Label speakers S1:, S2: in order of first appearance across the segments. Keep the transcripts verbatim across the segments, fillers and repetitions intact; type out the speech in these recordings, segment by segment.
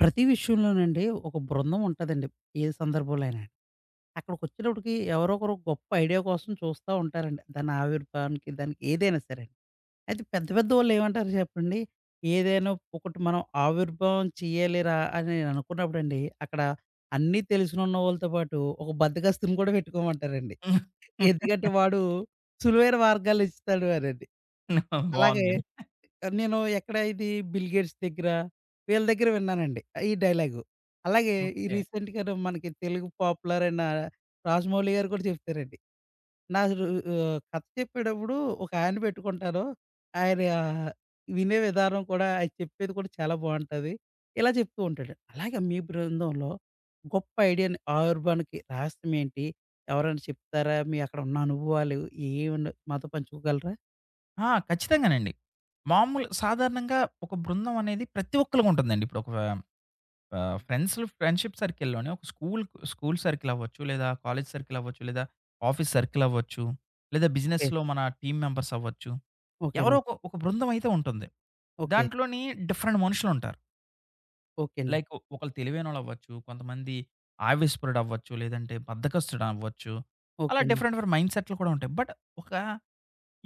S1: ప్రతి విషయంలోనండి ఒక బృందం ఉంటదండి. ఏ సందర్భంలో అయినా. అక్కడికొచ్చేటప్పటికి ఎవరో ఒకరు గొప్ప ఐడియా కోసం చూస్తా ఉంటారండి. దాని ఆవిర్భావానికి దానికి ఏదైనా సరే. అండి. అయితే పెద్ద పెద్ద వాళ్ళేమంటారు చెప్పండి? ఏదైనా ఒకటి మనం ఆవిర్భావం చేయాలిరా అని నేననుకున్నప్పుడండి, అక్కడ అన్నీ తెలిసినున్న వాళ్ళతో పాటు ఒక బద్దకస్తుని కూడా పెట్టుకోమంటారండి. ఎందుకంటే వాడు సులువైన మార్గాలెంచుతాడు అనండి. అలాగే
S2: బావుందండి.
S1: నేను ఎక్కడ ఇది బిల్ గేట్స్ దగ్గర, వీళ్ళ దగ్గర విన్నానండి. ఈ డైలాగు. అలాగే ఈ
S2: ఓకే.
S1: రీసెంట్‌గాను మనకి తెలుగు పాపులర్ అయిన రాజమౌళి గారు కూడా చెప్తారండి. నా రు ఆహ్, కథ చెప్పేటప్పుడు ఒక ఆయన పెట్టుకుంటాను. ఆయన ఆ, వినే విధానం కూడా ఆయన చెప్పేది కూడా చాలా బావుంటది. ఇలా చెప్తూ ఉంటాడు. అలాగే మీ బృందంలో గొప్ప ఐడియాని ఆర్బాన్‌కి రహస్యం ఏంటి? ఎవరైనా చెప్తారా? మీ అక్కడ ఉన్న అనుభవాలు ఏమన్నా మాతో పంచుకోగలరా?
S2: ఆ! ఖచ్చితంగానండి. మామూలు సాధారణంగా ఒక బృందం అనేది ప్రతి ఒక్కళ్ళకి ఉంటుందండి. ఇప్పుడు ఒక ఆహ్, ఫ్రెండ్స్ ఫ్రెండ్‌షిప్ సర్కిల్‌లోనే ఒక స్కూల్ స్కూల్ సర్కిల్ అవ్వచ్చు, లేదా కాలేజ్ సర్కిల్ అవ్వచ్చు, లేదా ఆఫీస్ సర్కిల్ అవ్వచ్చు, లేదా
S1: ఓకే.
S2: బిజినెస్‌లో మన టీమ్ మెంబర్స్ అవ్వచ్చు.
S1: ఓకే
S2: ఎవరో
S1: అండి.
S2: ఒక ఒక బృందం అయితే ఉంటుంది.
S1: ఓకే.
S2: దాంట్లోని డిఫరెంట్ మనుషులుంటారు.
S1: ఓకే అండి.
S2: లైక్ ఒకళ్ళు తెలివైనోళ్ళు అవ్వచ్చు, కొంతమంది ఆవేశపరుడు అవ్వచ్చు, లేదంటే బద్ధకస్తుడు అవ్వచ్చు. అలా
S1: ఓకే అండి.
S2: డిఫరెంట్ డిఫరెంట్ మైండ్ సెట్లు కూడా ఉంటాయి. బట్ ఒక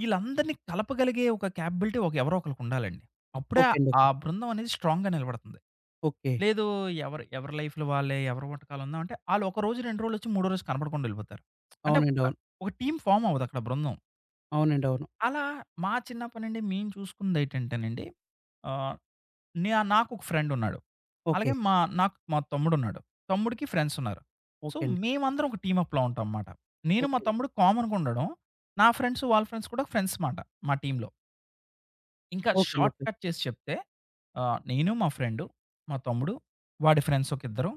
S2: ఈళ్ళందరిని కలపగలిగే ఒక క్యాపబిలిటీ ఒక ఎవరో ఒకళ్ళకుండాలండి. అప్పుడే
S1: ఓకే అండి.
S2: ఆ
S1: ఓకే.
S2: బృందం అనేది స్ట్రాంగ్‌గా నిలబడుతుంది.
S1: ఓకే.
S2: లేదు ఎవరు ఎవరి లైఫ్‌లు వాళ్ళే, ఎవరి వంటకాలుందాం అంటే ఆళ్ళు ఒక రోజు, రెండు రోజులొచ్చి, మూడో రోజు కనపడకుండా ఎళ్ళిపోతారు. అంటే
S1: అవునండి.
S2: ఒక,
S1: అవును.
S2: ఒక టీమ్ ఫార్మ్ అవ్వదక్కడ బృందం.
S1: అవునండి. అవును.
S2: అలా మా చిన్నప్పటి నుండి మేము చూసుకుందేటంటేనండి ఆహ్, నే నాకొక ఫ్రెండున్నాడు.
S1: ఓకే.
S2: అలాగే మా నాకు మా తమ్ముడున్నాడు. తమ్ముడికి ఫ్రెండ్సున్నారు. సో,
S1: ఓకే అండి.
S2: మేమందరం ఒక టీమప్‌లా ఉంటాం మాట. నేను, మా
S1: ఓకే అండి.
S2: తమ్ముడు కామన్‌గుండడం, నా ఫ్రెండ్స్ వాళ్ళ ఫ్రెండ్స్ కూడా ఫ్రెండ్స్ మాట మా టీమ్‌లో. ఇంకా
S1: ఓకే అండి.
S2: Short
S1: okay.
S2: కట్ చేసి చెప్తే ఆహ్, నేను, మా ఫ్రెండు, మా తమ్ముడు, వాడి ఫ్రెండ్స్ ఒక ఇద్దరు,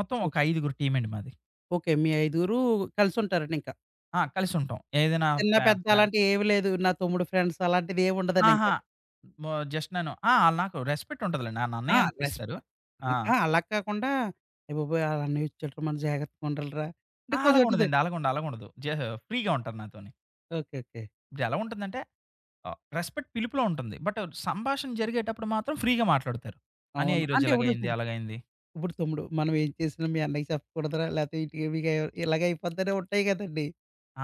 S2: మొత్తం ఒక
S1: ఓకే.
S2: ఐదుగురు టీమ్ అండి మాది.
S1: ఓకే. మీ ఐదుగురు కలిసుంటారండి ఇంకా.
S2: ఆ! కలిసుంటాం. ఏదైనా
S1: చిన్న,
S2: ప్లా
S1: పెద్ద
S2: ప్లా
S1: అలాంటివి ఏమి లేదు. నా తమ్ముడు ఫ్రెండ్స్ అలాంటిది ఏమి ఉండదండి ఇంక.
S2: అహా! మొ జస్ట్ నేను ఆ! ఆళ్ళు నాకు రెస్పెక్ట్ ఉంటదిలెండి. నన్ను
S1: ఆ!
S2: అన్నయ్య అని
S1: రెస్
S2: పిలుస్తారు. ఆ!
S1: ఆ! అలా కాకుండా అయ్య బాబోయ్! ఆళ్ళ అన్నయ్య వచ్చాడురా మనం జాగ్రత్తగా ఉండాలిరా అంటే
S2: అహా!
S1: కొంచెం అటు ఇది.
S2: అలాగుండదండి. అలాగుండదు, అలాగుండదు. జ ఫ్రీగా ఉంటారు నాతోని.
S1: ఓకే. ఓకే.
S2: ఇప్పుడెలా ఉంటుందంటే ఆహ్, రెస్పెక్ట్ పిలుపులో ఉంటుంది. బట్ సంభాషణ జరిగేటప్పుడు మాత్రం ఫ్రీగా మాట్లాడుతారు.
S1: అవును.
S2: "అన్నయ్య ఈరోజు
S1: అంటే ఇప్పుడు
S2: ఇలాగయింది,
S1: చూడు
S2: అలాగయింది."
S1: ఇప్పుడు తమ్ముడు మనం ఏం చేసినా మీ అన్నయ్యకి చెప్పకూడదురా లేకపోతే ఇటు ఇలాగ అయిపోతూనే ఉంటాయి కదండీ.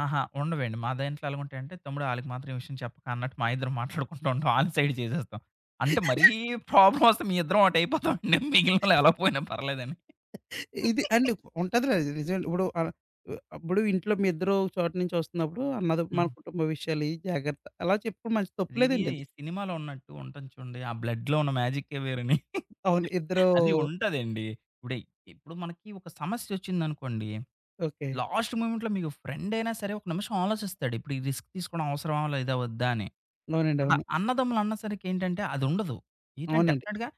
S2: ఆహా! ఉండవండి. మా దాంట్లో ఎలాగుంటాయంటే, తమ్ముడు ఆళ్ళకి మాత్రం ఈ విషయం చెప్పకు అన్నట్టు మా ఇద్దరం మాట్లాడుకుంటూ ఉంటాం. ఆళ్ళ సైడ్ చేసేస్తాం. అంటే మరీ ప్రాబ్లమ్ వస్తే మీ ఇద్దరం ఒకటైపోతామండి. మిగిలినోళ్ళు ఎలా పోయినా పర్లేదని.
S1: ఇది అండి ఉంటదిలే అది నిజమే. ఇప్పుడు ఆహ్, అప్పుడు ఇంట్లో మీ ఇద్దరు ఒక చోట నుంచి వస్తున్నప్పుడు అన్నది మన
S2: హ్మ్.
S1: కుటుంబ విషయాలు ఇయి జాగ్రత్త. అలా చెప్పుకోవడం మంచి
S2: అదేది
S1: తప్పులేదండి అది.
S2: సినిమాలో ఉన్నట్టు ఉంటుంది చూడండి. ఆ బ్లడ్‌లో ఉన్న మ్యాజిక్కే వేరని.
S1: అవును. ఇద్దరు
S2: అది ఉంటదండి. ఇప్పుడే ఇప్పుడు మనకి ఒక సమస్యొచ్చిందనుకోండి,
S1: ఓకే.
S2: లాస్ట్ మూమెంట్‌లో మీకు ఫ్రెండయినా సరే ఒక నిమిషం ఆలోచిస్తాడు. ఇప్పుడు ఈ రిస్క్ తీసుకోవడం అవసరమా? లేదా వద్దా అని.
S1: అవునండి.
S2: బట్
S1: అవును.
S2: అన్నదమ్ములు అన్నసరికి ఏంటంటే అదుండదు. ఏంటంటే
S1: అవునండి.
S2: డెఫినిట్‌గా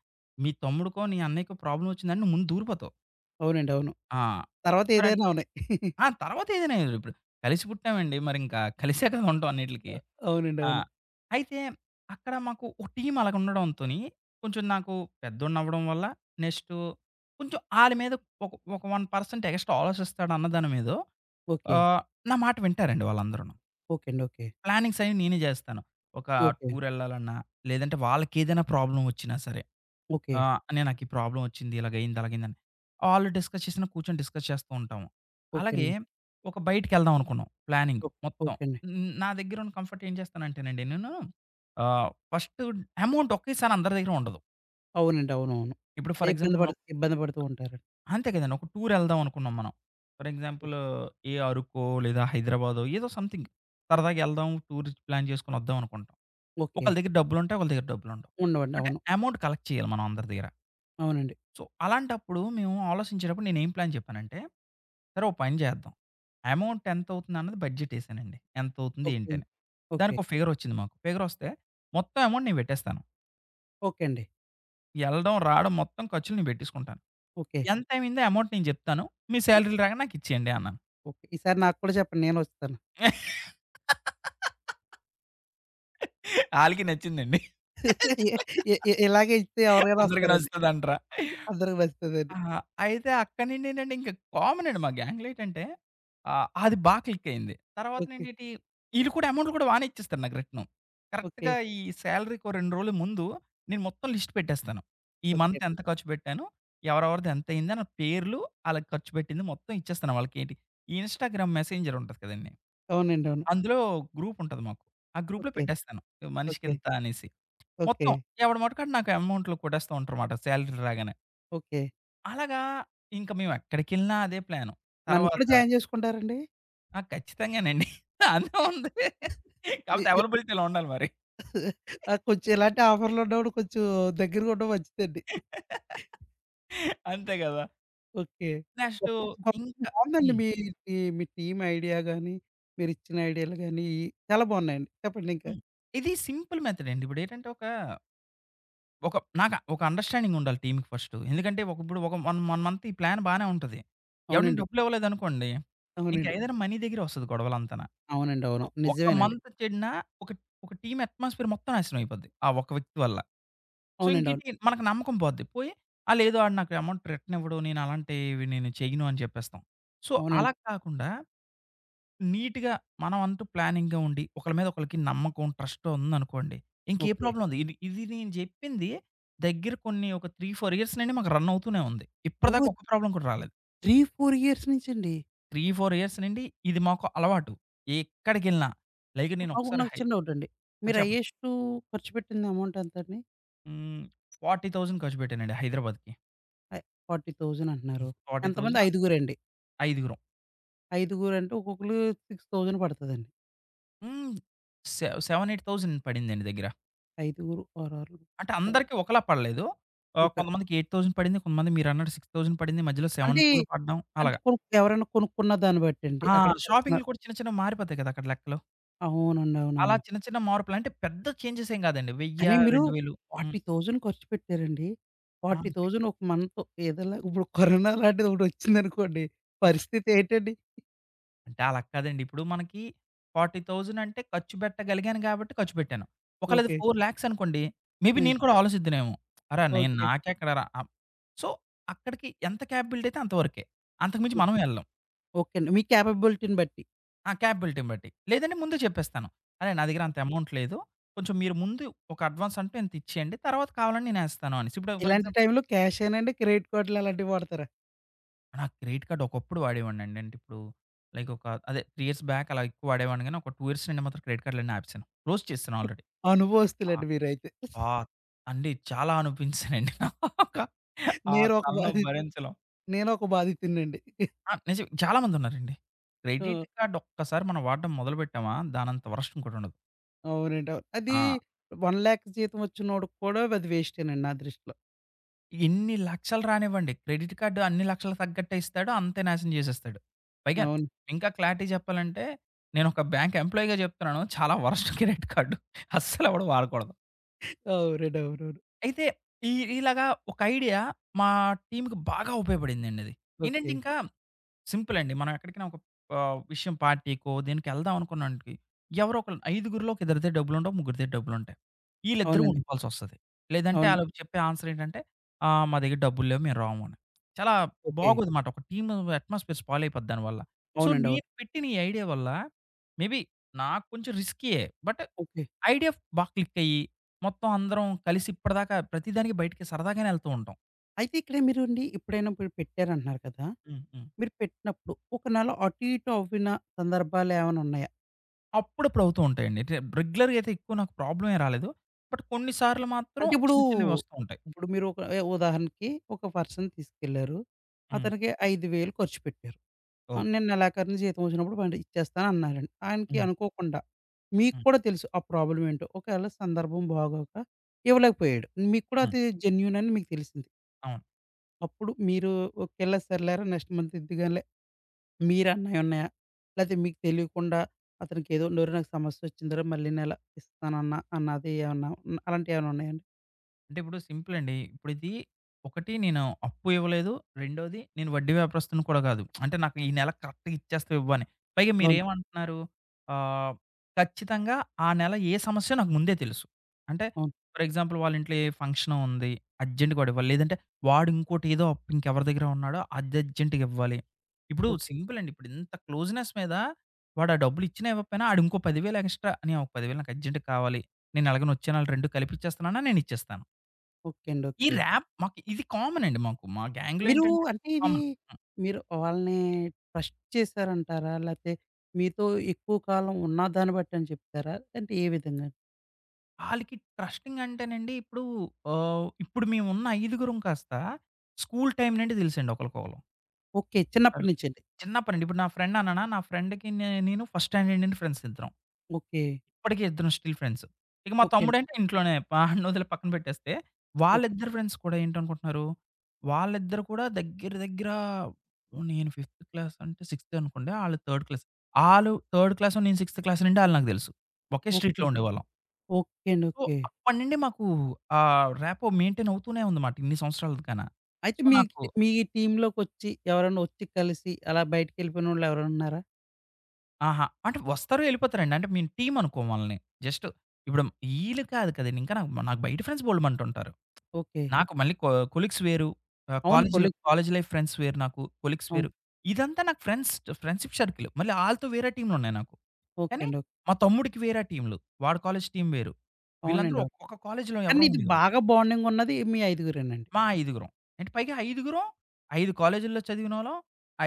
S2: మీ తమ్ముడికో, నీ అన్నయ్యకో ప్రాబ్లమ్ వచ్చిందని నువ్వు ముందు దూరిపోతావు.
S1: అవునండి. అవును.
S2: ఆ!
S1: తర్వాత
S2: మరన్
S1: ఏదైనా అవునే.
S2: ఆ! తర్వాత ఏదైనా ఏదో ఇప్పుడు కలిసి పుట్టామండి. మరింక కలిసే కదా ఉంటాం అన్నిట్లికి.
S1: అవునండి.
S2: ఆ!
S1: అవును.
S2: అయితే అక్కడ మాకు ఒక టీమ్ అలాగ ఉండడంతోని కొంచెం నాకు పెద్దోడినవ్వడం వల్ల నెక్స్టు కొంచెం ఆళ్ళ మీద ఒక ఒక 1% ఎగస్ట్రా ఆలోచిస్తాడన్నదాని మీదో
S1: ఓకే.
S2: ఆహ్, నా మాట వింటారండి వాళ్ళందరూను.
S1: ఓకే అండి. ఓకే.
S2: ప్లానింగ్స్ అవి నేనే జేస్తాను. ఒక
S1: ఓకే.
S2: టూరెళ్ళాలన్నా, లేదంటే వాళ్ళకేదైనా ప్రాబ్లమ్ వచ్చినా సరే.
S1: ఓకే.
S2: ఆహ్, "అన్నయ్య నాకు ఈ ప్రాబ్లమ్ వచ్చింది. ఇలాగయింది, అలాగయిందని" ఆళ్ళు డిస్కస్ చేసిన కూర్చొని డిస్కస్ చేస్తూ ఉంటాము.
S1: ఓకే
S2: అలాగే
S1: అండి.
S2: ఒక బయటికెళ్దాం అనుకున్నాం. ప్లానింగ్
S1: ఓ
S2: మొత్తం.
S1: ఓకే అండి.
S2: హ్మ్, నా దగ్గర ఉన్న కంఫర్ట్ ఏం చేస్తానంటేనండి నేను ఆహ్, ఫస్ట్ అమౌంట్ ఒకేసారి అందరి దగ్గర ఉండదు.
S1: అవునండి. అవునవును.
S2: ఇప్పుడు ఫర్ ఎగ్జాంపుల్
S1: ఇబ్బంది పడు
S2: మనం
S1: ఇబ్బంది పడుతూ ఉంటారండి.
S2: అంతే కదండీ. ఒక టూరెళ్దాం అనుకున్నాం మనం. ఫర్ ఎగ్జాంపుల్ ఏ అరకో లేదా హైదరాబాదో ఏదో సంథింగ్
S1: ఓకే.
S2: సరదాగా ఎళ్దాం టూర్ ప్లాన్ చేసుకొని వద్దాం అనుకుంటాం.
S1: ఓకే.
S2: ఒకళ్ళ దగ్గర డబ్బులుంటాయి. ఒకళ్ళ దగ్గర డబ్బులుండవు.
S1: ఉండవండి.
S2: బట్
S1: అవును.
S2: అమౌంట్ కలెక్ట్ చేయాలి మనం అందరి దగ్గర.
S1: అవునండి.
S2: సో, అలాంటప్పుడు మేము ఆలోచించేటప్పుడు నేనేం ప్లాన్ చెప్పానంటే, సరే ఓ పని చేద్దాం. అమౌంట్ ఎంతవుతుందన్నది బడ్జెటేసానండి. ఎంతవుతుంది
S1: ఓకే.
S2: ఏంటని.
S1: ఓకే.
S2: దానికో ఫిగరొచ్చింది మాకు. ఫిగరొస్తే మొత్తం అమౌంట్ నేను పెట్టేస్తాను.
S1: ఓకే అండి.
S2: ఎళ్ళడం, రావడం మొత్తం ఖర్చులు నేను పెట్టేసుకుంటాను.
S1: ఓకే.
S2: ఎంతయిందో అమౌంట్ నేను చెప్తాను. మీ శాలరీలు రాగానే నాకిచ్చేయండి అన్నాను.
S1: ఓకే. ఈసారి నాకు కూడా చెప్పండి నేనొస్తాను.
S2: ఆళ్ళకి నచ్చిందండి.
S1: ఇ ఇ ఇ ఇలాగే ఇస్తే ఎవరైనా
S2: అందరికి
S1: వస్తారండి.
S2: నచ్చుతదంటరా!
S1: అందరికి నచ్చుతదండి.
S2: ఆహా! అయితే అక్కడి నుండి ఏంటంటే ఇంక కామన్ అండి మా గ్యాంగ్‌లో ఏటంటే ఆహ్, అది బా క్లిక్ అయింది.
S1: ఓకే.
S2: తర్వాతనేంటేటి ఈళ్ళు కూడా అమౌంట్ కూడా బానే ఇచ్చేస్తారు నాకు రిటర్ను.
S1: ఓకే.
S2: కరెక్ట్‌గా ఈ సాలరీకో రెండు రోజుల ముందు నేను మొత్తం లిస్ట్ పెట్టేస్తాను. ఈ
S1: ఓకే.
S2: మంత్ ఎంత ఖర్చు పెట్టాను, ఎవరెవరిది ఎంతయింది అన్న పేర్లు, ఆళ్ళకి ఖర్చు పెట్టింది మొత్తం ఇచ్చేస్తాను వాళ్ళకేంటి ఈ ఇన్‌స్టాగ్రామ్ మెసెంజర్ ఉంటది కదండీ!
S1: అవునండి. అవును.
S2: అందులో గ్రూప్ ఉంటది మాకు. ఆ గ్రూప్‌లో
S1: ఓకే.
S2: పెట్టేస్తాను.
S1: ఓకే.
S2: మనిషికింత అనేసి.
S1: ఓకే.
S2: మొత్తం ఎవడి మటుకాడు నాకు అమౌంట్లు కొట్టేస్తూ ఉంటారన్నమాట సాలరీ రాగానే.
S1: ఓకే.
S2: అలాగా ఇంక మేమెక్కడికెళ్ళినా అదే ప్లాను.
S1: నన్ను
S2: తర్వాత
S1: కూడా జాయిన్ చేసుకుంటారండి?
S2: ఆ! ఖచ్చితంగానండి. అందులో ఉంది.
S1: ఇ
S2: కాపోతే
S1: ఇ
S2: అవైలబిలిటీలో ఉండాలి మరి.
S1: ఆ! కొంచెం ఇలాంటి ఆఫర్‌లున్నప్పుడు కొంచెం దగ్గరగా ఉండడం మంచిదండి.
S2: అంతే గదా!
S1: ఓకే.
S2: నెక్స్టు
S1: గొప్ప గొప్ప
S2: ఇంకా
S1: బావుందండి
S2: హ్మ్.
S1: మీ మీ మీ టీమ్ ఐడియా గాని, మీరిచ్చిన ఐడియాలు గాని చాలా బావున్నాయండి. చెప్పండి ఇంకా.
S2: హ్మ్. ఇది సింపుల్ మెథడండి. ఇప్పుడేంటంటే ఒక, ఒక నాకు ఒక అండర్‌స్టాండింగ్ ఉండాలి టీమ్‌కి ఫస్టు. ఎందుకంటే ఒక ఇప్పుడు ఒక వన్ వన్ మంత్ ఈ ప్లాన్ బానే ఉంటది. ఎవడైనా
S1: అవునండి.
S2: డబ్బులివ్వలేదనుకోండి, ఇంక
S1: అవునండి.
S2: ఐదర్ మనీ దగ్గరే వస్తది గొడవలంతాన.
S1: అవునండి.
S2: సో,
S1: అవును.
S2: ఒక్క
S1: నిజమేనండి.
S2: మంత్ చెడినా ఒక, ఒక టీమ్ అట్మాస్ఫియర్ మొత్తం నాశనం అయిపోద్ది. ఆ ఒక్క వ్యక్తి వల్ల. సో,
S1: అవునండి. అవును.
S2: ఇంకేటి మనకు నమ్మకం పోద్ది. పోయి ఆ! లేదు ఆడు నాకు అమౌంట్ రిటర్న్ ఇవ్వడు. నేను అలాంటివి నేను చెయ్యను అని చెప్పేస్తాం. సో, అలా
S1: అవునండి.
S2: హ్మ్. కాకుండా నీట్‌గా మనం అంటూ ప్లానింగ్‌గా ఉండి ఒకళ్ళ మీద ఒకళ్ళకి నమ్మకం, ట్రస్ట్ ఉందనుకోండి. ఇంకే
S1: ఓకే.
S2: ప్రాబ్లమ్ ఉంది. ఇది ఇది నేను చెప్పింది దగ్గర కొన్ని ఒక మూడు, నాలుగు ఇయర్స్ నుండి మాకు రన్ అవుతూనే ఉంది.
S1: ఓహో!
S2: ఇప్పటిదాకా ఒక్క ప్రాబ్లమ్ కూడా రాలేదు.
S1: మూడు, నాలుగు ఇయర్స్ నుంచండి.
S2: మూడు, నాలుగు ఇయర్స్ నుండి ఇది మాకు అలవాటు. ఎక్కడికెళ్ళినా లైక్
S1: అవును.
S2: నేను
S1: నాకు
S2: ఒకసారి
S1: నాకు
S2: హై
S1: చిన్న డౌటండి.
S2: ఆ!
S1: మీరు
S2: చెప్పండి.
S1: హైయెస్టు ఖర్చు పెట్టింది అమౌంట్ ఎంతండి?
S2: హ్మ్. నలభై వేలు ఖర్చు పెట్టానండి హైదరాబాద్‌కి.
S1: ఆహ్, నలభై వేలు అంటున్నారు. ఎంతమంది?
S2: నలభై వేలు
S1: ఐదుగురండి.
S2: ఐదుగురం.
S1: ఐదుగురంటే ఒక్కొక్కళ్ళు ఆరు వేలు పడతదండి.
S2: హ్మ్. సెవ్ ఏడు, ఎనిమిది వేలు పడిందండి దగ్గర.
S1: ఐదుగురు ఆరు ఆరులు
S2: అంటే
S1: ఆహ్,
S2: అందరికి ఒకలా పడలేదు. ఆహ్,
S1: ఓకే.
S2: కొంతమందికి ఎనిమిది వేలు పడింది. కొంతమంది మీరన్నట్టు ఆరు వేలు పడింది. మధ్యలో
S1: అంటే,
S2: ఏడు వేల రెండు వందలు పడడం
S1: అంటే
S2: అలాగా.
S1: కొను ఎవరైనా కొనుక్కున్న దాన్ని బట్టండి.
S2: ఆ!
S1: అక్కడ
S2: షాపింగ్‌లు
S1: పర్సనల్
S2: కూడా చిన్న చిన్నవి మారిపోతాయి కదా! అక్కడ లెక్కలు.
S1: అవునండి.
S2: అలా
S1: అవునవును.
S2: చిన్న చిన్న మార్పులు అంటే పెద్ద చేంజెస్ ఏం కాదండి. వెయ్యి,
S1: కానీ మీరు
S2: రెండు వేలు హ్మ్.
S1: నలభై వేలు ఖర్చు పెట్టారండి.
S2: ఆ!
S1: నలభై వేలు ఒక మంత్ ఏదోలా ఇప్పుడు కరోనా లాంటిదొకటొచ్చిందనుకోండి. పరిస్థితి ఏంటండి?
S2: అంటే అలా కాదండి. ఇప్పుడు మనకి నలభై వేలు అంటే ఖర్చు పెట్టగలిగాను కాబట్టి ఖర్చు పెట్టాను. ఒకళ్ళది
S1: ఓకే.
S2: నాలుగు,లక్షలు అనుకోండి. మేబీ
S1: హ్మ్.
S2: నేను కూడా ఆలోచిద్దునేమో. అరె! నేను
S1: ఓకే.
S2: నాకెక్కడరా! ఆహ్, సో, అక్కడికి ఎంత క్యాపబిలిటీ అయితే అంతవరకే. అంతకు మించి మనం వెళ్ళం.
S1: ఓకే అండి. మీ కేపబిలిటీని బట్టి.
S2: ఆ! క్యాపబిలిటీని బట్టి. లేదంటే ముందే చెప్పేస్తాను. అరే! నా దగ్గర అంత అమౌంట్ లేదు. కొంచెం మీరు ముందు ఒక అడ్వాన్స్ అంటూ ఇంత ఇచ్చేయండి. తర్వాత కావాలంటే నేనేస్తాను అనేసి. ఇప్పుడు ఫర్
S1: ఇలాంటి
S2: ఎగ్జాంపుల్
S1: టైంలో క్యాష్ ఏనండి, క్రెడిట్ కార్డ్‌లు అలాంటివి వాడతారా?
S2: నా క్రెడిట్ కార్డ్ ఒకప్పుడు వాడేవాడినండి. అంటే ఇప్పుడు లైక్ ఒక అదే మూడు ఇయర్స్ బ్యాక్ అలా ఎక్కువ వాడేవాడిని గానీ, ఒక రెండు ఇయర్స్ నుండి మాత్రం క్రెడిట్ కార్డ్‌లన్నీ ఆపేసాను. క్లోజ్ చేసేసాను ఆల్రెడీ. ఆహ్,
S1: అనుభవస్తులండి మీరైతే.
S2: ఆ! అండి చాలా అనిపించానండి. ఒక ఆ
S1: నేనొక
S2: తలనొప్పి
S1: బాధి
S2: భరించలేం.
S1: నేనొక బాధితుడినండి.
S2: ఆ! నిజం చాలా మందున్నారండి. క్రెడిట్
S1: ఆ!
S2: కార్డ్ ఒక్కసారి మనం వాడడం మొదలుపెట్టామా దానంత వరస్ట్ ఇంకోటుండదు.
S1: అవునండి. అవును. అది
S2: ఆ!
S1: లక్ష జీతం వచ్చినోడికి కూడా అది వేస్టేనండి నా దృష్టిలో.
S2: ఎన్ని లక్షలు రానివ్వండి. క్రెడిట్ కార్డ్ అన్ని లక్షలకు తగ్గట్టే ఇస్తాడు. అంతే నాశనం చేసేస్తాడు. పైగా
S1: అవును.
S2: ఇంకా క్లారిటీ చెప్పాలంటే నేనొక బ్యాంక్ ఎంప్లాయీ‌గా చెప్తున్నాను. చాలా వరస్ట్ క్రెడిట్ కార్డ్. అస్సలెవడు వాడకూడదు.
S1: అవునండి. అవునవును.
S2: అయితే ఈ ఇలాగా ఒక ఐడియా మా టీమ్‌కి బాగా ఉపయోగపడిందండి అది. ఏంటంటే
S1: ఓకే.
S2: ఇంకా సింపుల్ అండి. మనం ఎక్కడికైనా ఒక ఆహ్, విషయం పార్టీకో, దేనికో ఎళ్దాం అనుకున్నాంటికి ఎవరో ఒకళ్ళు ఐదుగురిలో ఒక ఇద్దరి దగ్గర డబ్బులుండవు, ముగ్గురి దగ్గర డబ్బులుంటాయి. ఈళ్ళిద్దరూ
S1: అవునండి.
S2: ఉండిపోవాల్సొస్తది. లేదంటే
S1: అవును.
S2: ఆళ్ళు చెప్పే ఆన్సర్ ఏంటంటే, ఆహ్, "మా దగ్గర డబ్బులు లేవు, మేము రాము" అని. చాలా
S1: ఓకే.
S2: బాగోదుమాట. ఒక టీమ్ అట్మాస్ఫియర్ స్పాయిలయిపోద్ది దానివల్ల. సో,
S1: అవునండి. అవును.
S2: నేను పెట్టిన ఈ ఐడియా వల్ల మేబీ నాకు కొంచెం రిస్కీయే. But
S1: okay.
S2: ఐడియా బా క్లిక్కయ్యి, మొత్తం అందరం కలిసి ఇప్పటిదాకా ప్రతి దానికి బయటికి సరదాగానే ఎళ్తూ ఉంటాం.
S1: అయితే ఇక్కడ మీరండి ఎప్పుడైనా మీరు పెట్టారంటున్నారు కదా!
S2: హ్మ్. హ్మ్.
S1: మీరు పెట్టినప్పుడు ఒక నెల అటు ఇటు అవ్విన సందర్భాలేమైనా ఉన్నాయా?
S2: అప్పుడప్పుడు అవుతూ ఉంటాయండి. అంటే రెగ్యులర్‌గా అయితే ఎక్కువ నాకు ప్రాబ్లమ్ ఏం రాలేదు. బట్ కొన్ని సార్లు మాత్రం
S1: అంటే ఇప్పుడు,
S2: చిన్న చిన్నవి వస్తూ ఉంటాయి.
S1: ఇప్పుడు మీరు ఒక ఎ ఉదాహరణకి ఒక పర్సన్‌ని తీసుకెళ్లారు.
S2: హ్మ్.
S1: అతనికి ఐదు వేలు ఖర్చు పెట్టారు. ఆహ్,
S2: ఓకే.
S1: నేను నెలాఖరున జీతం వచ్చినప్పుడు బండి ఇచ్చేస్తాను అన్నారండి. ఆయనకి
S2: హ్మ్.
S1: అనుకోకుండా మీకు
S2: హ్మ్.
S1: కూడా తెలుసు ఆ ప్రాబ్లమ్ ఏంటో. ఒకవేళ సందర్భం బాగోక ఇవ్వలేకపోయాడు. మీకు కూడా
S2: హ్మ్.
S1: అది జెన్యూన్ అని మీకు తెలిసింది.
S2: అవును.
S1: అప్పుడు మీరు ఓకేలే సర్లేరా నెక్స్ట్ మంత్ ఇద్దుగానిలే మీరు అన్నయి ఉన్నాయా? లేతే మీకు తెలియకుండా అతనికి ఏదో నోరు నాకు సమస్య వచ్చిందిరా మళ్ళీ నెల ఇస్తానన్న అన్నది ఏమన్నా అలాంటివి ఏమైనా ఉన్నాయండి?
S2: అంటే ఇప్పుడు సింపుల్ అండి. ఇప్పుడిది ఒకటి నేను అప్పు ఇవ్వలేదు. రెండోది నేను వడ్డీ వ్యాపారస్తుడిని కూడా కాదు. అంటే నాకు ఈ నెల కరెక్ట్‌గా ఇచ్చేస్తావు ఇవ్వు అని. పైగా
S1: అవును.
S2: మీరేమంటున్నారు? ఆహ్, ఖచ్చితంగా ఆ నెల ఏ సమస్యో నాకు ముందే తెలుసు. అంటే
S1: అవును.
S2: ఫర్ ఎగ్జాంపుల్ వాళ్ళ ఇంట్లో ఏ ఫంక్షన్ ఉంది. అర్జెంట్‌గా వాడు ఇవ్వాలి. లేదంటే వాడు ఇంకోటి ఏదో అప్పు ఇంకెవరి దగ్గర ఉన్నాడో అది అర్జెంట్‌గా ఇవ్వాలి. ఇప్పుడు
S1: ఓకే.
S2: సింపుల్ అండి. ఇప్పుడు ఇంత క్లోజ్‌నెస్ మీద వాడు ఆ డబ్బులు ఇచ్చినా ఇవ్వకపోయినా ఆడు ఇంకో పది వేలు ఎక్స్‌ట్రా "నేను ఒక పది వేలు నాకు అర్జెంట్‌గా కావాలి. నేను ఎలాగైనా వచ్చే నెల రెండు కలిపి ఇచ్చేస్తున్నాను" అని నేను ఇచ్చేస్తాను.
S1: ఓకే అండి.
S2: ఈ
S1: ఓకే.
S2: ర్యాప్ మాకు ఇది కామన్ అండి మాకు. మా గ్యాంగ్‌లో
S1: మీరు
S2: ఏంటంటే
S1: అంటే ఇది
S2: కామన్. హ్మ్.
S1: మీరు వాళ్ళని ట్రస్ట్ చేశారంటారా? లేతే మీతో ఎక్కువ కాలం ఉన్న దాన్ని బట్టి అని చెప్తారా? అంటే ఏ విధంగా?
S2: ఆళ్ళకి ట్రస్టింగ్ అంటేనండి ఇప్పుడు ఆహ్, ఇప్పుడు మేమున్న ఐదుగురం కాస్త స్కూల్ టైమ్ నుండి తెలుసండి ఒకళ్ళకొకళ్ళం.
S1: ఓకే. చిన్నప్పటి
S2: ఆళ్ళు
S1: నుంచండి.
S2: చిన్నప్పటి నుండి. ఇప్పుడు నా ఫ్రెండ్ అన్నానా, నా ఫ్రెండ్‌కి నే నేను ఫస్ట్ స్టాండర్డ్ నుండి ఫ్రెండ్స్ ఇద్దరం.
S1: ఓకే.
S2: ఇప్పటికి ఇద్దరం స్టిల్ ఫ్రెండ్స్. ఇక మా
S1: ఓకే అండి.
S2: తమ్ముడంటే ఇంట్లోనే ఆడినొదిలి పక్కన పెట్టేస్తే,
S1: ఓకే.
S2: వాళ్ళిద్దరు ఫ్రెండ్స్ కూడా ఏంటనుకుంటున్నారు, వాళ్ళిద్దరు కూడా దగ్గర దగ్గర నేను ఫిఫ్త్ క్లాస్ అంటే సిక్స్త్ అనుకోండి. ఆళ్ళు థర్డ్ క్లాస్. ఆళ్ళు థర్డ్ క్లాసో, నేను సిక్స్త్ క్లాస్ నుండి ఆళ్ళు నాకు తెలుసు. ఒకే
S1: ఓకే.
S2: స్ట్రీట్‌లో ఉండేవాళ్ళం.
S1: ఓకే అండి.
S2: So,
S1: okay.
S2: అప్పటి నుండి మాకు ఆహ్, ర్యాపో మెయింటైన్ అవుతూనే ఉందమాట ఇన్ని సంవత్సరాలుగాన.
S1: అయితే
S2: సో,
S1: మీ
S2: నాకు
S1: మీ టీమ్‌లోకొచ్చి ఎవరైనా వచ్చి కలిసి అలా బయటికెళ్ళిపోయినోళ్ళు ఎవరైనా ఉన్నారా?
S2: ఆహా! అంటే వస్తారు ఎళ్ళిపోతారండి. అంటే మేము టీమ్ అనుకోం వాళ్ళని. జస్ట్ ఇప్పుడు ఈళ్ళు కాదు కదండీ! ఇంకా నాకు నాకు బయట ఫ్రెండ్స్ బోలెడుమంటుంటారు.
S1: ఓకే.
S2: నాకు మళ్ళీ కొ కొలీగ్స్ వేరు. ఆహ్,
S1: అవును.
S2: College
S1: colleagues.
S2: College life friends వేరు నాకు. కొలీగ్స్
S1: అవును.
S2: వేరు. ఇదంతా నాకు ఫ్రెండ్స్ ఫ్రెండ్‌షిప్ సర్కిల్. మళ్ళీ ఆళ్ళతో వేరే టీమ్‌లున్నాయి నాకు.
S1: ఓకే
S2: కానీ
S1: అండి. ఓకే.
S2: మా తమ్ముడికి వేరే టీమ్‌లు. వాడి కాలేజు టీమ్ వేరు. వీళ్ళందరూ
S1: అవునండి. అవును.
S2: ఒక్కొక్క కాలేజులో
S1: కానీ
S2: ఎవరం
S1: ఇది
S2: ఉండేవాళ్ళం.
S1: బాగా బాండింగ్ ఉన్నది మీ ఐదుగురేనండి.
S2: మా ఐదుగురం. అంటే పైగా ఐదుగురం ఐదు కాలేజుల్లో చదివినోళ్ళం.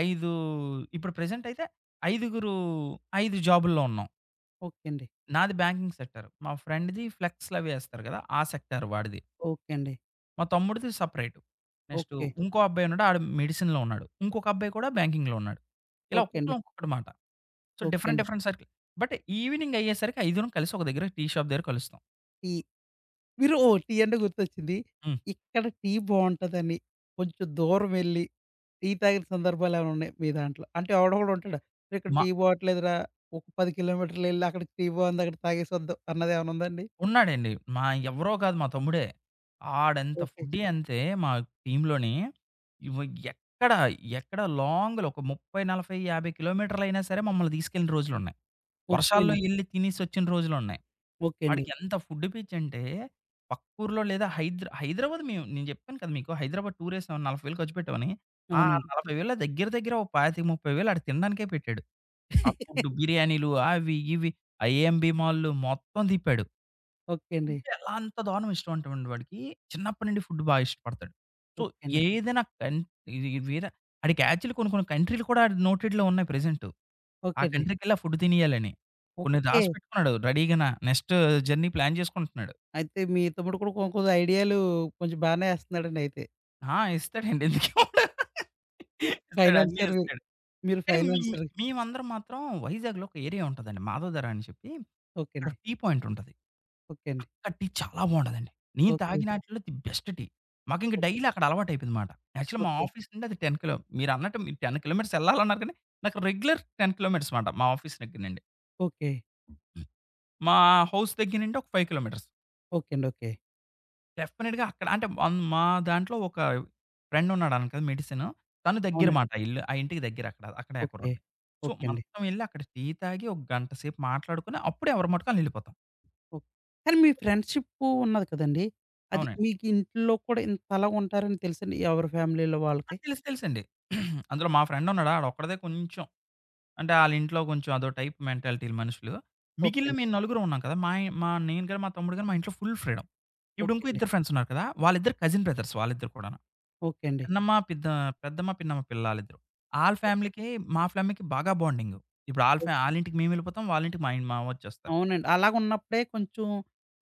S2: ఐదు ఇప్పుడు ప్రెజెంట్ అయితే ఐదుగురు ఐదు జాబుల్లో ఉన్నాం.
S1: ఓకే అండి.
S2: నాది బ్యాంకింగ్ సెక్టార్. మా ఫ్రెండ్‌ది ఫ్లెక్స్‌లవి ఏస్తారు కదా! ఆ సెక్టార్ వాడిది.
S1: ఓకే అండి.
S2: మా తమ్ముడిది సెపరేటు. Next
S1: okay.
S2: ఇంకో అబ్బాయున్నాడు ఆడు మెడిసిన్‌లో ఉన్నాడు. ఇంకొక అబ్బాయి కూడా బ్యాంకింగ్‌లో ఉన్నాడు. ఇలా
S1: ఓకే అండి.
S2: ఒక్కొక్కళ్ళం ఒక్కొక్కటి మాట. సో,
S1: ఓకే
S2: డిఫరెంట్
S1: అండి.
S2: Different circle. బట్ ఈవినింగ్ అయ్యేసరికి ఐదుగురం కలిసి ఒక దగ్గర టీ షాప్ దగ్గర కలుస్తాం.
S1: ఈ మీరు ఓహ్! టీ అంటే గుర్తొచ్చింది.
S2: హ్మ్.
S1: ఇక్కడ టీ బావుంటదని కొంచెం దూరం వెళ్లి టీ తాగిన సందర్భాలేమైనా ఉన్నాయా మీ దాంట్లో? అంటే ఎవడో ఒకడు ఉంటాడు. "అరే "ఇక్కడ
S2: మా
S1: టీ బావట్లేదురా ఒక పది కిలోమీటర్లెళ్లి అక్కడ టీ బావుంది అక్కడ తాగేసొద్దాం" అన్నదేమైనా ఉందండి?
S2: ఉన్నాడండి. మా ఎవరో కాదు మా తమ్ముడే. ఆడంత
S1: ఓకే.
S2: ఫుడ్డీ అంతే మా టీమ్‌లోని. ఇవ ఎక్కడ, ఎక్కడ లాంగ్‌లో ఒక ముప్పై, నలభై, యాభై కిలోమీటర్లయినా సరే మమ్మల్ని తీసుకెళ్ళిన రోజులున్నాయి.
S1: ఓకే
S2: వర్షాల్లో
S1: అండి.
S2: ఎళ్లి తినేసొచ్చిన రోజులున్నాయి.
S1: ఓకే అండి.
S2: వాడికి ఎంత ఫుడ్ పిచ్చంటే, పక్కూర్లో లేదా హైద్ర హైదరాబాద్ మేము నేను చెప్పాను కదా మీకు. హైదరాబాద్ టూరేసాం నలభై వేలు ఖర్చు పెట్టామని. ఆ
S1: అవునండి.
S2: నలభై వేలు దగ్గర దగ్గర ఓ ఇరవై ఐదు వేలు, ముప్పై వేలు ఆడు తినడానికే పెట్టాడు. ఆ ఫుడ్ బిర్యానీలు అవి, ఇవి ఆ ఏఎంబీ మాల్లు మొత్తం తిప్పాడు.
S1: ఓకే అండి.
S2: ఫుడ్ ఎలా అంత దారుణం ఇష్టం అంటేవండి వాడికి, చిన్నప్పటి నుండి ఫుడ్ బాగా ఇష్టపడతాడు. సో,
S1: ఓకే అండి.
S2: ఏదైనా కన్ ఇది ఇది వేరే ఆడికి యాక్చువల్లీ కొన్ని కొన్ని కంట్రీలు కూడా ఆడి నోటెడ్‌లో ఉన్నాయి ప్రెజెంటు. ఆ
S1: ఓకే అండి.
S2: కంట్రీకెళ్ళి ఆ ఫుడ్ తినేయాలని. కొన్ని
S1: ఓకే.
S2: రాసి పెట్టుకున్నాడు రెడీగాన. నెక్స్ట్ జర్నీ ప్లాన్ చేసుకుంటున్నాడు.
S1: అయితే మీ తమ్ముడు కూడా కొ కొంచెం ఐడియాలు కొంచెం బానే ఏస్తున్నాడండి అయితే.
S2: ఆ! ఇస్తాడండి. ఎందుకివ్వడు? ఇస్తాడు. అన్నీ
S1: ఫైనాన్షియర్
S2: ఇస్తాడు.
S1: మీరు
S2: కానీ మే
S1: ఫైనాన్షియర్
S2: మేమందరం మాత్రం వైజాగ్‌లో ఒక ఏరియా ఉంటదండి. మాధవధార అని చెప్పి
S1: ఓకే
S2: అక్కడ
S1: అండి.
S2: టీ పాయింట్ ఉంటది.
S1: ఓకే అండి.
S2: అక్కడ టీ చాలా బావుంటదండి. నేను
S1: ఓకే.
S2: తాగినాటిలో ది బెస్ట్ టీ. మాకింక
S1: ఓకే.
S2: డైలీ అక్కడ అలవాటయిపోయిందమాట. యాక్చువల్లీ మా
S1: ఓకే.
S2: ఆఫీస్ నుండి అది పది కిలో మీరన్నట్టు మీరు పది కిలోమీటర్స్ యెళ్ళాలన్నారు కానీ నాకు రెగ్యులర్ పది కిలోమీటర్స్ మాట మా ఆఫీస్ దగ్గర నుండి.
S1: ఓకే.
S2: మా హౌస్ దగ్గర నుండి ఒక ఐదు కిలోమీటర్స్.
S1: ఓకే అండి. ఓకే.
S2: డెఫినిట్‌గా అక్కడ అంటే అన్ మా దాంట్లో ఒక ఫ్రెండ్ ఉన్నాడన్నాను కదా! మెడిసిన్. తను దగ్గర
S1: అవునండి.
S2: మాట ఇల్లు. ఆ ఇంటికి దగ్గర అక్కడ. అక్కడే ఆ
S1: ఓకే.
S2: కుర్రోడిది. సో,
S1: ఓకే అండి.
S2: మొత్తం ఎళ్లి అక్కడ టీ తాగి ఒక గంట సేపు మాట్లాడుకొని అప్పుడే ఎవరి మటుకు ఆళ్ళు ఎళ్ళిపోతాం.
S1: ఓకే. కానీ మీ ఫ్రెండ్‌షిప్పు ఉన్నది కదండీ! అది
S2: అవునండి.
S1: మీకు ఇంట్లో కూడా ఇంతలా ఉంటారని తెలుసండి ఎవరి ఫ్యామిలీలో
S2: ఆ!
S1: వాళ్ళకి?
S2: తెలుసు తెలుసండి. అందులో మా ఫ్రెండ్ ఉన్నాడు. ఆడొక్కడిదే కొంచెం అంటే ఆళ్ళింట్లో కొంచెం అదో టైప్ మెంటాలిటీలు మనుషులు.
S1: ఓకే
S2: మిగిలిన
S1: అండి.
S2: మేము నలుగురం ఉన్నాం కదా! మా మా నేను గాని, మా తమ్ముడు గాని మా ఇంట్లో ఫుల్ ఫ్రీడమ్. ఇప్పుడు
S1: ఓకే
S2: ఇంకో
S1: అండి.
S2: ఇద్దరు ఫ్రెండ్స్ ఉన్నారు కదా! వాళ్ళిద్దరు కజిన్ బ్రదర్స్ వాళ్ళిద్దరు కూడాను.
S1: ఓకే అండి.
S2: చిన్నమ్మ, పెద్ద పెద్దమ్మ, పిన్నమ్మ పిల్లాళ్ళిద్దరూ. ఆళ్ళ ఫ్యామిలీకి, మా ఫ్యామిలీకి బాగా బాండింగు. ఇప్పుడు ఆళ్ళ
S1: ఓకే.
S2: ఫ్యా ఆళ్ళింటికి మేమెళ్ళిపోతాం. వాళ్ళింటికి మా ఇన్ మా వొచ్చేస్తారు.
S1: అవునండి. అలాగున్నప్పుడే కొంచెం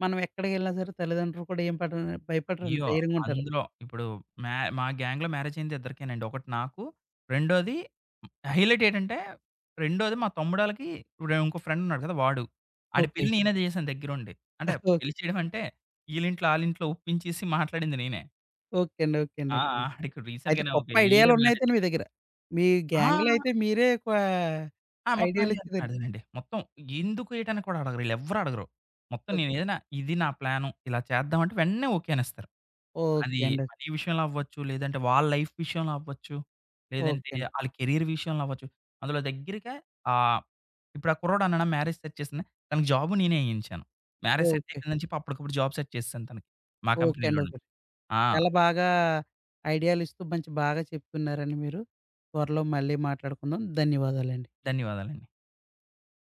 S1: మనం ఎక్కడికెళ్ళినా సరే తల్లిదండ్రులు కూడా ఏం పడరు భయపడరండి.
S2: అయ్యో!
S1: ధైర్యంగా ఉంటారు.
S2: అందులో ఇప్పుడు మ్యా మా గ్యాంగ్‌లో మ్యారేజయింది ఇద్దరికేనండి. ఒకటి నాకు, రెండోది హైలైట్ ఏటంటే, రెండోది మా తమ్ముడాళ్ళకి ఇప్పుడు ఇంకో ఫ్రెండున్నాడు కదా! వాడు. ఆడి
S1: ఓకే.
S2: పెళ్లి నేనే చేశాను దగ్గరుండి. అంటే
S1: ఓకే.
S2: పెళ్లి చేయడం అంటే, ఈళ్ళింట్లో, ఆళ్ళింట్లో ఒప్పించేసి మాట్లాడింది నేనే.
S1: ఓకే అండి. ఓకే అండి.
S2: ఆ!
S1: ఓకే అండి.
S2: ఆడికి
S1: అయితే
S2: రీసెంట్‌గానే ఒక
S1: గొప్ప
S2: ఇయరే
S1: ఐడియాలున్నాయితే
S2: మ్యారేజ్.
S1: మీ దగ్గర. మీ
S2: ఆ!
S1: గ్యాంగ్‌లో అయితే మీరే ఎక్కువ
S2: ఆ! మొత్తం ఐడియా అంతా
S1: ఐడియాలిచ్చేదండి.
S2: నాదేనండి. మొత్తం ఎందుకు ఏటని కూడా అడగరు. ఈళ్ళెవ్వరు అడగరు. మొత్తం
S1: ఓకే.
S2: నేనేదైనా ఇది నా ప్లాను. ఇలా చేద్దాం అంటే వెంటనే ఓకే అనేస్తారు. అది
S1: ఓకే అండి.
S2: మనీ విషయంలో అవ్వచ్చు, లేదంటే వాళ్ళ లైఫ్ విషయంలో అవ్వచ్చు,
S1: ఓకే
S2: లేదంటే
S1: అండి.
S2: ఆళ్ళ కెరీర్ విషయంలో అవ్వచ్చు. అందులో దగ్గరగా ఆహ్, ఇప్పుడు ఆ కుర్రోడు అన్నానా మ్యారేజ్ సెట్ చేసింది. తనకి జాబు నేనే ఎయించాను. Marriage set
S1: okay.
S2: అయిపోయిందని చెప్పి అప్పటికప్పుడు జాబ్ సెట్ చేసేసాను తనకి. మా
S1: ఓకే అండి.
S2: కంపెనీలోనే.
S1: ఓకే.
S2: ఆ!
S1: చాలా బాగా ఐడియాలిస్తూ మంచి బాగా చెప్తున్నారండి మీరు. త్వరలో మళ్ళీ మాట్లాడుకుందాం. ధన్యవాదాలండి.
S2: ధన్యవాదాలండి.